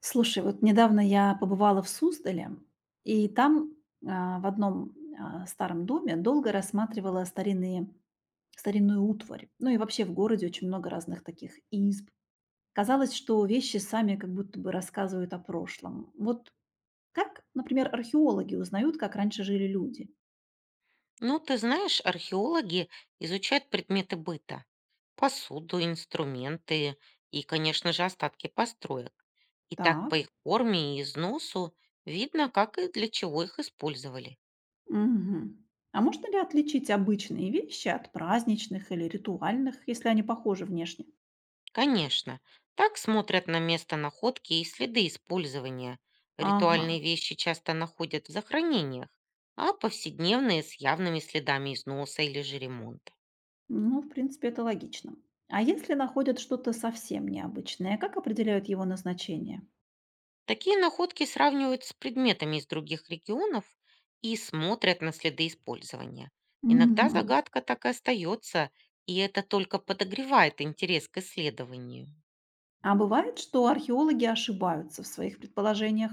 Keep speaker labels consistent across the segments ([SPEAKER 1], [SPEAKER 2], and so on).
[SPEAKER 1] Слушай, вот недавно я побывала в Суздале, и там в одном старом доме долго рассматривала старинную утварь. Ну и вообще в городе очень много разных таких изб. Казалось, что вещи сами как будто бы рассказывают о прошлом. Вот как, например, археологи узнают, как раньше жили люди?
[SPEAKER 2] Ну, ты знаешь, археологи изучают предметы быта, посуду, инструменты и, конечно же, остатки построек. И так по
[SPEAKER 1] Так.
[SPEAKER 2] их форме и износу видно, как и для чего их использовали.
[SPEAKER 1] Мгм. А можно ли отличить обычные вещи от праздничных или ритуальных, если они похожи внешне?
[SPEAKER 2] Конечно, так смотрят на место находки и следы использования.
[SPEAKER 1] Ага.
[SPEAKER 2] Ритуальные вещи часто находят в захоронениях, а повседневные с явными следами износа или же ремонта.
[SPEAKER 1] Ну, в принципе, это логично. А если находят что-то совсем необычное, как определяют его назначение?
[SPEAKER 2] Такие находки сравнивают с предметами из других регионов и смотрят на следы использования. Иногда
[SPEAKER 1] Мгм.
[SPEAKER 2] загадка так и остается, и это только подогревает интерес к исследованию.
[SPEAKER 1] А бывает, что археологи ошибаются в своих предположениях?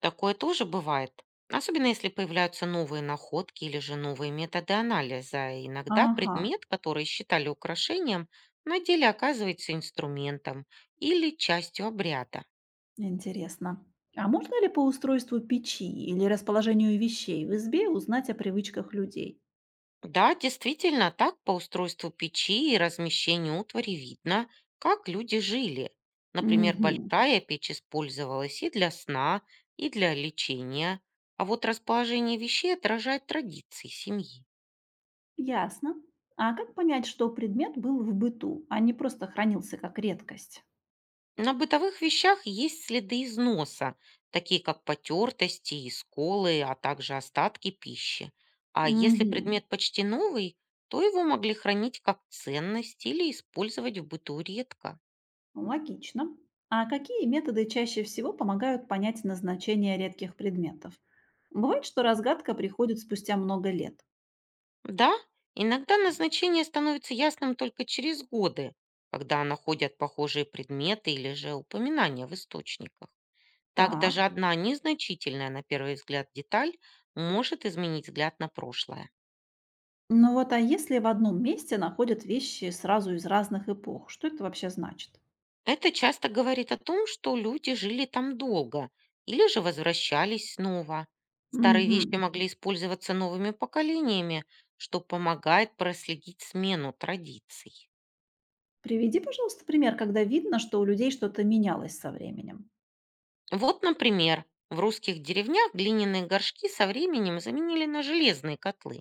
[SPEAKER 2] Такое тоже бывает, особенно если появляются новые находки или же новые методы анализа. Иногда
[SPEAKER 1] Ага,
[SPEAKER 2] предмет, который считали украшением, на деле оказывается инструментом или частью обряда.
[SPEAKER 1] интересно. А можно ли по устройству печи или расположению вещей в избе узнать о привычках людей?
[SPEAKER 2] Да, действительно, так по устройству печи и размещению утвари видно, как люди жили. Например,
[SPEAKER 1] Мгм.
[SPEAKER 2] большая печь использовалась и для сна, и для лечения, а вот расположение вещей отражает традиции семьи.
[SPEAKER 1] Ясно. А как понять, что предмет был в быту, а не просто хранился как редкость?
[SPEAKER 2] На бытовых вещах есть следы износа, такие как потертости и сколы, а также остатки пищи. А если
[SPEAKER 1] Мгм.
[SPEAKER 2] предмет почти новый, то его могли хранить как ценность или использовать в быту редко.
[SPEAKER 1] Ну, логично. А какие методы чаще всего помогают понять назначение редких предметов? Бывает, что разгадка приходит спустя много лет.
[SPEAKER 2] Да, иногда назначение становится ясным только через годы, когда находят похожие предметы или же упоминания в источниках. Так даже
[SPEAKER 1] Так.
[SPEAKER 2] одна незначительная на первый взгляд деталь может изменить взгляд на прошлое.
[SPEAKER 1] Ну вот, а если в одном месте находят вещи сразу из разных эпох, что это вообще значит?
[SPEAKER 2] Это часто говорит о том, что люди жили там долго или же возвращались снова. Старые вещи
[SPEAKER 1] Мгм.
[SPEAKER 2] могли использоваться новыми поколениями, что помогает проследить смену традиций.
[SPEAKER 1] Приведи, пожалуйста, пример, когда видно, что у людей что-то менялось со временем.
[SPEAKER 2] Вот, например, в русских деревнях глиняные горшки со временем заменили на железные котлы.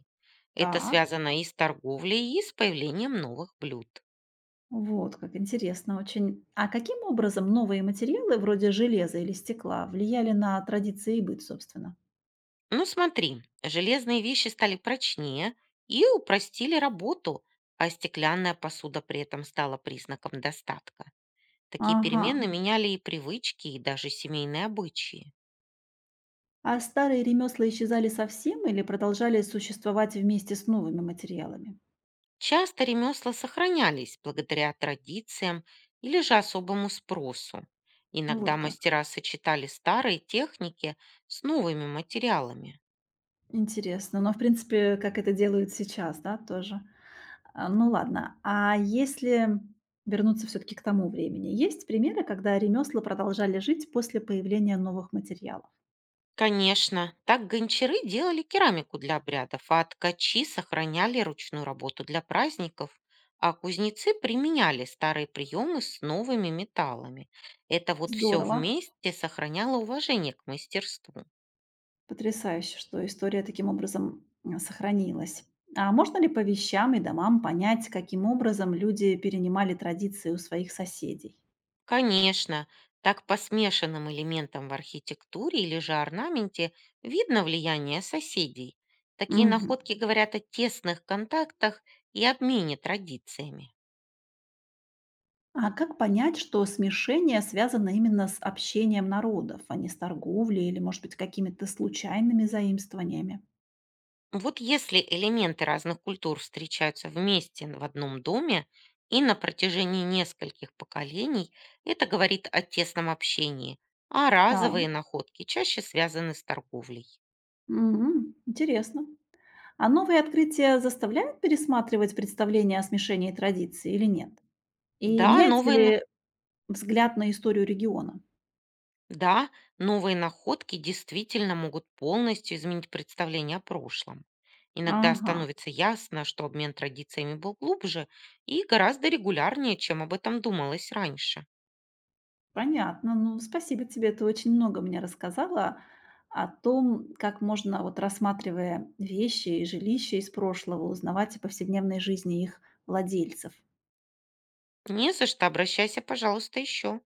[SPEAKER 2] Это
[SPEAKER 1] Так.
[SPEAKER 2] связано и с торговлей, и с появлением новых блюд.
[SPEAKER 1] Вот, как интересно очень. А каким образом новые материалы вроде железа или стекла влияли на традиции и быт, собственно?
[SPEAKER 2] Ну смотри, железные вещи стали прочнее и упростили работу, а стеклянная посуда при этом стала признаком достатка. Такие
[SPEAKER 1] Ага.
[SPEAKER 2] перемены меняли и привычки, и даже семейные обычаи.
[SPEAKER 1] А старые ремесла исчезали совсем или продолжали существовать вместе с новыми материалами?
[SPEAKER 2] Часто ремесла сохранялись благодаря традициям или же особому спросу.
[SPEAKER 1] Ну,
[SPEAKER 2] Иногда
[SPEAKER 1] вот как.
[SPEAKER 2] мастера сочетали старые техники с новыми материалами.
[SPEAKER 1] Интересно. Но, в принципе, как это делают сейчас, да, тоже. А, ну ладно. А если вернуться все-таки к тому времени, есть примеры, когда ремесла продолжали жить после появления новых материалов?
[SPEAKER 2] Конечно, так гончары делали керамику для обрядов, а ткачи сохраняли ручную работу для праздников, а кузнецы применяли старые приемы с новыми металлами. Это вот все
[SPEAKER 1] Здорово.
[SPEAKER 2] вместе сохраняло уважение к мастерству.
[SPEAKER 1] Потрясающе, что история таким образом сохранилась. А можно ли по вещам и домам понять, каким образом люди перенимали традиции у своих соседей?
[SPEAKER 2] Конечно, так по смешанным элементам в архитектуре или же орнаменте видно влияние соседей. Такие
[SPEAKER 1] Мгм.
[SPEAKER 2] находки говорят о тесных контактах и обмене традициями.
[SPEAKER 1] А как понять, что смешение связано именно с общением народов, а не с торговлей или, может быть, какими-то случайными заимствованиями?
[SPEAKER 2] Вот если элементы разных культур встречаются вместе в одном доме и на протяжении нескольких поколений, это говорит о тесном общении, а
[SPEAKER 1] Да,
[SPEAKER 2] разовые находки чаще связаны с торговлей.
[SPEAKER 1] мгм, интересно. А новые открытия заставляют пересматривать представление о смешении традиций или нет? И
[SPEAKER 2] Да,
[SPEAKER 1] меняется
[SPEAKER 2] новые
[SPEAKER 1] ли взгляд на историю региона?
[SPEAKER 2] Да, новые находки действительно могут полностью изменить представление о прошлом. Иногда
[SPEAKER 1] Ага.
[SPEAKER 2] становится ясно, что обмен традициями был глубже и гораздо регулярнее, чем об этом думалось раньше.
[SPEAKER 1] Понятно. Ну, спасибо тебе. Ты очень много мне рассказала о том, как можно, вот рассматривая вещи и жилища из прошлого, узнавать о повседневной жизни их владельцев.
[SPEAKER 2] Не за что, обращайся, пожалуйста, еще.